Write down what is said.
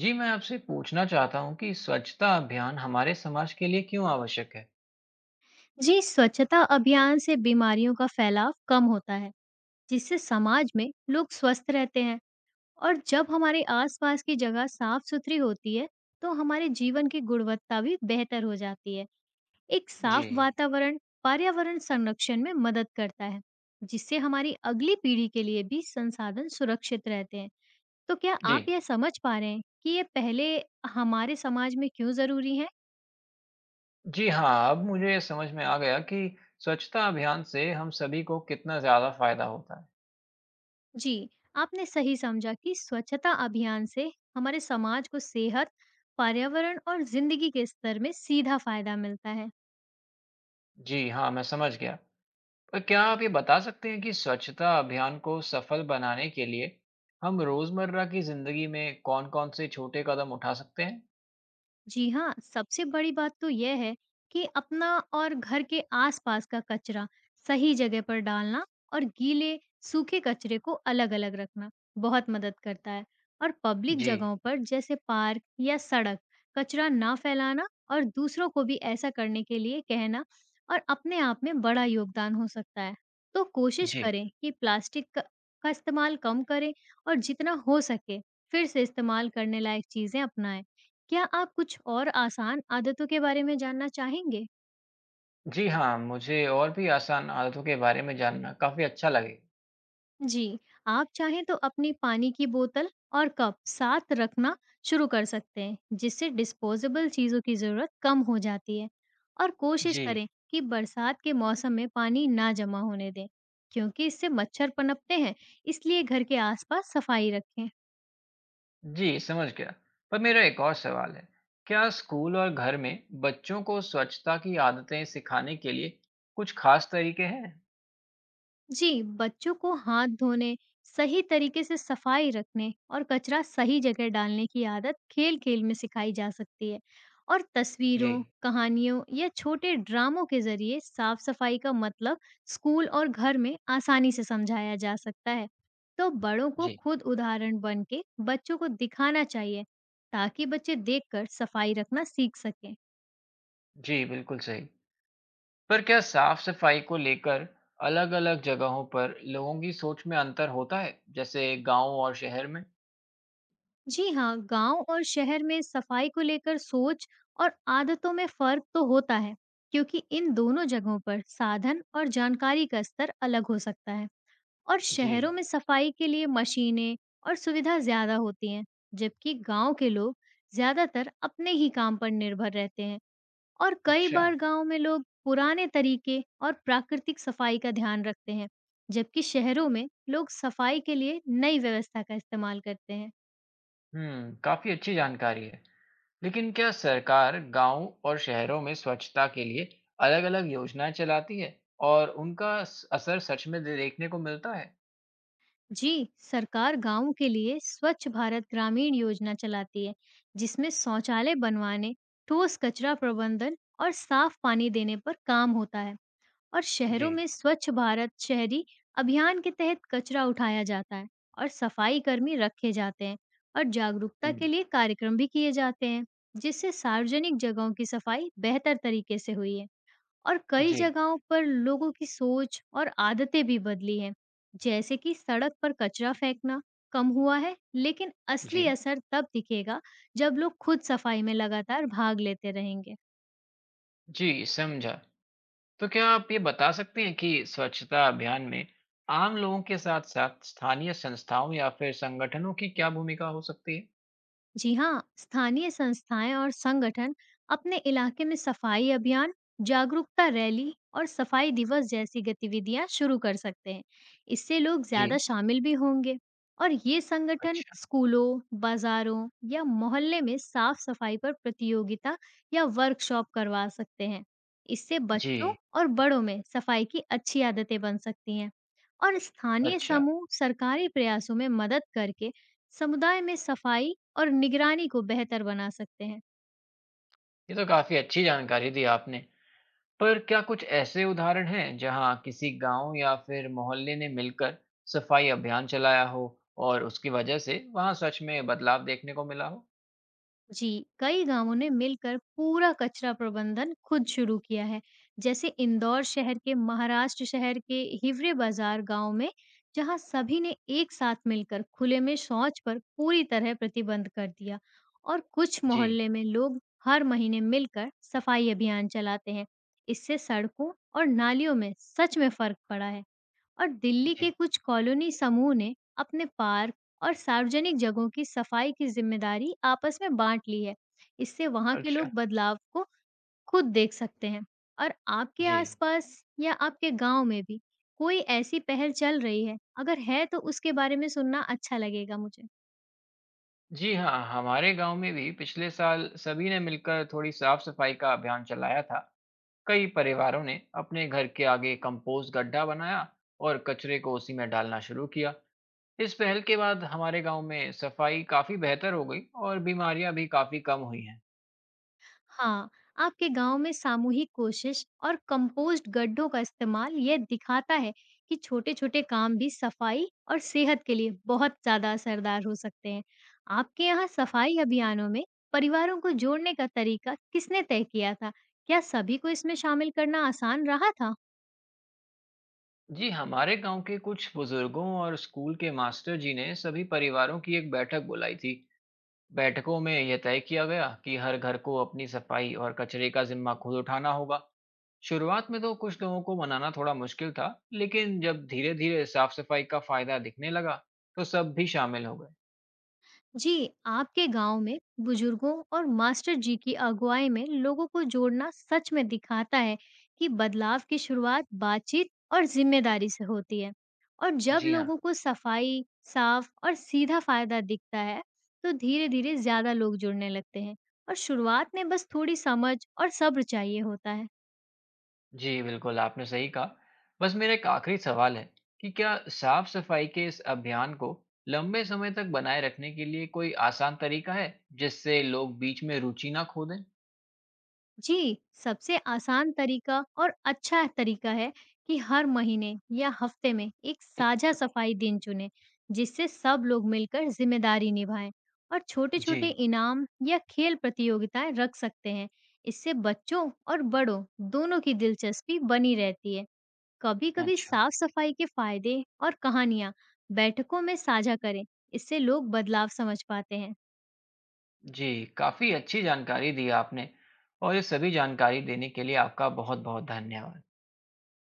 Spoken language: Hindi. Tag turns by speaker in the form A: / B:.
A: जी, मैं आपसे पूछना चाहता हूँ कि स्वच्छता अभियान हमारे समाज के लिए क्यों आवश्यक है?
B: जी, स्वच्छता अभियान से बीमारियों का फैलाव कम होता है, जिससे समाज में लोग स्वस्थ रहते हैं और जब हमारे आसपास की जगह साफ-सुथरी होती है, तो हमारे जीवन की गुणवत्ता भी बेहतर हो जाती है। एक
A: जी।
B: साफ वातावरण पर्यावरण संरक्षण में मदद करता है, जिससे हमारी अगली पीढ़ी के लिए भी संसाधन सुरक्षित रहते हैं। तो क्या
A: जी।
B: आप यह समझ पा रहे हैं कि ये पहले हमारे समाज में क्यों ज़रूरी है?
A: जी हाँ, अब मुझे समझ में आ गया कि स्वच्छता अभियान से हम सभी को कितना ज़्यादा फ़ायदा होता है।
B: जी, आपने सही समझा कि स्वच्छता अभियान से हमारे समाज को सेहत, पर्यावरण और जिंदगी के स्तर में सीधा फायदा मिलता है।
A: जी हाँ, मैं समझ गया। पर क्या आप ये बता सकते हैं कि स्वच्छता अभियान को सफल बनाने के लिए हम रोज़मर्रा की ज़िंदगी में कौन-कौन से छोटे कदम उठा सकते हैं?
B: जी हाँ, सबसे बड़ी बात तो यह है कि अपना और घर के आसपास का कचरा सही जगह पर डालना और गीले, सूखे कचरे को अलग-अलग रखना बहुत मदद करता है। और पब्लिक
A: जी।
B: जगहों पर जैसे पार्क या सड़क, कचरा ना फैलाना और दूसरों को भी ऐसा करने के लिए कहना और अपने आप में बड़ा योगदान हो सकता है। तो कोशिश
A: जी।
B: करें कि प्लास्टिक क का इस्तेमाल कम करें और जितना हो सके फिर से इस्तेमाल करने लायक चीज़ें अपनाएँ। क्या आप कुछ और आसान आदतों के बारे में जानना चाहेंगे?
A: जी हाँ, मुझे और भी आसान आदतों के बारे में जानना काफ़ी अच्छा लगे।
B: जी, आप चाहें तो अपनी पानी की बोतल और कप साथ रखना शुरू कर सकते हैं, जिससे डिस्पोजेबल चीज़ों की ज़रूरत कम हो जाती है। और कोशिश
A: जी।
B: करें कि बरसात के मौसम में पानी ना जमा होने दें, क्योंकि इससे मच्छर पनपते हैं, इसलिए घर के आसपास सफाई रखें।
A: जी, समझ गया। पर मेरा एक और सवाल है, क्या स्कूल और घर में बच्चों को स्वच्छता की आदतें सिखाने के लिए कुछ खास तरीके हैं?
B: जी, बच्चों को हाथ धोने, सही तरीके से सफाई रखने और कचरा सही जगह डालने की आदत खेल-खेल में सिखाई जा सकती है, और
A: जी।
B: तस्वीरों, कहानियों या छोटे ड्रामों के जरिए साफ-सफाई का मतलब स्कूल और घर में आसानी से समझाया जा सकता है। तो बड़ों को
A: जी।
B: खुद उदाहरण बन के बच्चों को दिखाना चाहिए, ताकि बच्चे देखकर सफाई रखना सीख सकें।
A: जी बिल्कुल सही। पर क्या साफ सफाई को लेकर अलग-अलग जगहों पर लोगों की सोच में अंतर होता है, जैसे गांव और शहर में?
B: जी हाँ, गांव और शहर में सफाई को लेकर सोच और आदतों में फर्क तो होता है, क्योंकि इन दोनों जगहों पर साधन और जानकारी का स्तर अलग हो सकता है। और
A: जी।
B: शहरों में सफाई के लिए मशीनें और सुविधा ज्यादा होती हैं, जबकि गांव के लोग ज्यादातर अपने ही काम पर निर्भर रहते हैं। और कई
A: अच्छा।
B: बार गांव में लोग पुराने तरीके और प्राकृतिक सफाई का ध्यान रखते हैं, जबकि शहरों में लोग सफाई के लिए नई व्यवस्था का इस्तेमाल करते हैं।
A: हम्म, काफी अच्छी जानकारी है। लेकिन क्या सरकार गांव और शहरों में स्वच्छता के लिए अलग-अलग योजनाएं चलाती है और उनका असर सच में देखने को मिलता है?
B: जी, सरकार गाँव के लिए स्वच्छ भारत ग्रामीण योजना चलाती है, जिसमें शौचालय बनवाने, ठोस कचरा प्रबंधन और साफ पानी देने पर काम होता है। और
A: जी।
B: शहरों में स्वच्छ भारत शहरी अभियान के तहत कचरा उठाया जाता है और सफाई कर्मी रखे जाते हैं, और जागरूकता के
A: हम्म।
B: लिए कार्यक्रम भी किए जाते हैं, जिससे सार्वजनिक जगहों की सफाई बेहतर तरीके से हुई है। और कई
A: जी।
B: जगहों पर लोगों की सोच और आदतें भी बदली हैं, जैसे कि सड़क पर कचरा फेंकना कम हुआ है, लेकिन
A: जी।
B: असली असर तब दिखेगा जब लोग खुद सफाई में लगातार भाग लेते रहेंगे।
A: जी समझा। तो क्या आप ये बता सकते हैं कि स्वच्छता अभियान में आम लोगों के साथ साथ स्थानीय संस्थाओं या फिर संगठनों की क्या भूमिका हो सकती है?
B: जी हाँ, स्थानीय संस्थाएं और संगठन अपने इलाके में सफाई अभियान, जागरूकता रैली और सफाई दिवस जैसी गतिविधियां शुरू कर सकते हैं। इससे लोग ज्यादा
A: जी।
B: शामिल भी होंगे, और ये संगठन
A: अच्छा।
B: स्कूलों, बाजारों या मोहल्ले में साफ सफाई पर प्रतियोगिता या वर्कशॉप करवा सकते हैं। इससे बच्चों
A: जी।
B: और बड़ों में सफाई की अच्छी आदतें बन सकती हैं, और स्थानीय
A: अच्छा।
B: समूह सरकारी प्रयासों में मदद करके समुदाय में सफाई और निगरानी को बेहतर बना सकते हैं।
A: ये तो काफी अच्छी जानकारी दी आपने। पर क्या कुछ ऐसे उदाहरण हैं जहां किसी गांव या फिर मोहल्ले ने मिलकर सफाई अभियान चलाया हो और उसकी वजह से वहां सच में बदलाव देखने को मिला हो?
B: जी, कई गाँवों ने मिलकर पूरा कचरा प्रबंधन खुद शुरू किया है। जैसे इंदौर शहर के, महाराष्ट्र शहर के हिवरे बाजार गाँव में, जहाँ सभी ने एक साथ मिलकर खुले में शौच पर पूरी तरह प्रतिबंध कर दिया। और कुछ
A: जी।
B: मोहल्ले में लोग हर महीने मिलकर सफाई अभियान चलाते हैं। इससे सड़कों और नालियों में सच में फर्क पड़ा है। और दिल्ली के
A: जी
B: कुछ कॉलोनी समूह ने अपने पार्क और सार्वजनिक जगहों की सफाई की जिम्मेदारी आपस में बांट ली है। इससे वहां के
A: अच्छा।
B: लोग बदलाव को खुद देख सकते हैं। और आपके
A: जी।
B: आसपास या आपके गांव में भी कोई ऐसी पहल चल रही है? अगर है तो उसके बारे में सुनना अच्छा लगेगा मुझे।
A: जी हाँ, हमारे गांव में भी पिछले साल सभी ने मिलकर थोड़ी साफ सफाई का अभियान चलाया था। कई परिवारों ने अपने घर के आगे कंपोस्ट गड्ढा बनाया और कचरे को उसी में डालना शुरू किया। इस पहल के बाद हमारे गांव में सफाई काफी बेहतर हो गई और बीमारियां भी काफी कम हुई हैं।
B: हाँ, आपके गांव में सामूहिक कोशिश और कंपोस्ट गड्ढों का इस्तेमाल यह दिखाता है कि छोटे-छोटे काम भी सफाई और सेहत के लिए बहुत ज़्यादा असरदार हो सकते हैं। आपके यहाँ सफाई अभियानों में परिवारों को जोड़ने का तरीका किसने तय किया था? क्या सभी को इसमें शामिल करना आसान रहा था?
A: जी, हमारे गांव के कुछ बुजुर्गों और स्कूल के मास्टर जी ने सभी परिवारों की एक बैठक बुलाई थी। बैठकों में यह तय किया गया कि हर घर को अपनी सफाई और कचरे का जिम्मा खुद उठाना होगा। शुरुआत में तो कुछ लोगों को मनाना थोड़ा मुश्किल था, लेकिन जब धीरे धीरे साफ सफाई का फायदा दिखने लगा, तो सब भी शामिल हो गए।
B: जी, आपके गांव में बुजुर्गों और मास्टर जी की अगुवाई में लोगों को जोड़ना सच में दिखाता है कि बदलाव की शुरुआत बातचीत और जिम्मेदारी से होती है। और जब
A: जी हाँ।
B: लोगों को सफाई, साफ और सीधा फायदा दिखता है, तो धीरे-धीरे ज्यादा लोग जुड़ने लगते हैं। और शुरुआत में बस थोड़ी समझ और सब्र चाहिए होता है।
A: जी, बिल्कुल, आपने सही कहा। बस मेरा एक आखिरी सवाल है कि क्या साफ-सफाई के इस अभियान को लंबे समय तक बनाए रखने के लिए कोई आसान तरीका है, जिससे लोग बीच में रुचि ना खो दें?
B: जी, सबसे आसान तरीका और अच्छा तरीका है कि हर महीने या हफ्ते में एक साझा सफाई दिन चुनें, जिससे सब लोग मिलकर जिम्मेदारी निभाएं, और छोटे-छोटे
A: जी।
B: इनाम या खेल प्रतियोगिताएं रख सकते हैं। इससे बच्चों और बड़ों दोनों की दिलचस्पी बनी रहती है। कभी-कभी
A: अच्छा।
B: साफ-सफाई के फायदे और कहानियां बैठकों में साझा करें, इससे लोग बदलाव समझ पाते हैं।
A: जी, काफ़ी अच्छी जानकारी दी आपने और ये सभी जानकारी देने के लिए आपका बहुत-बहुत धन्यवाद।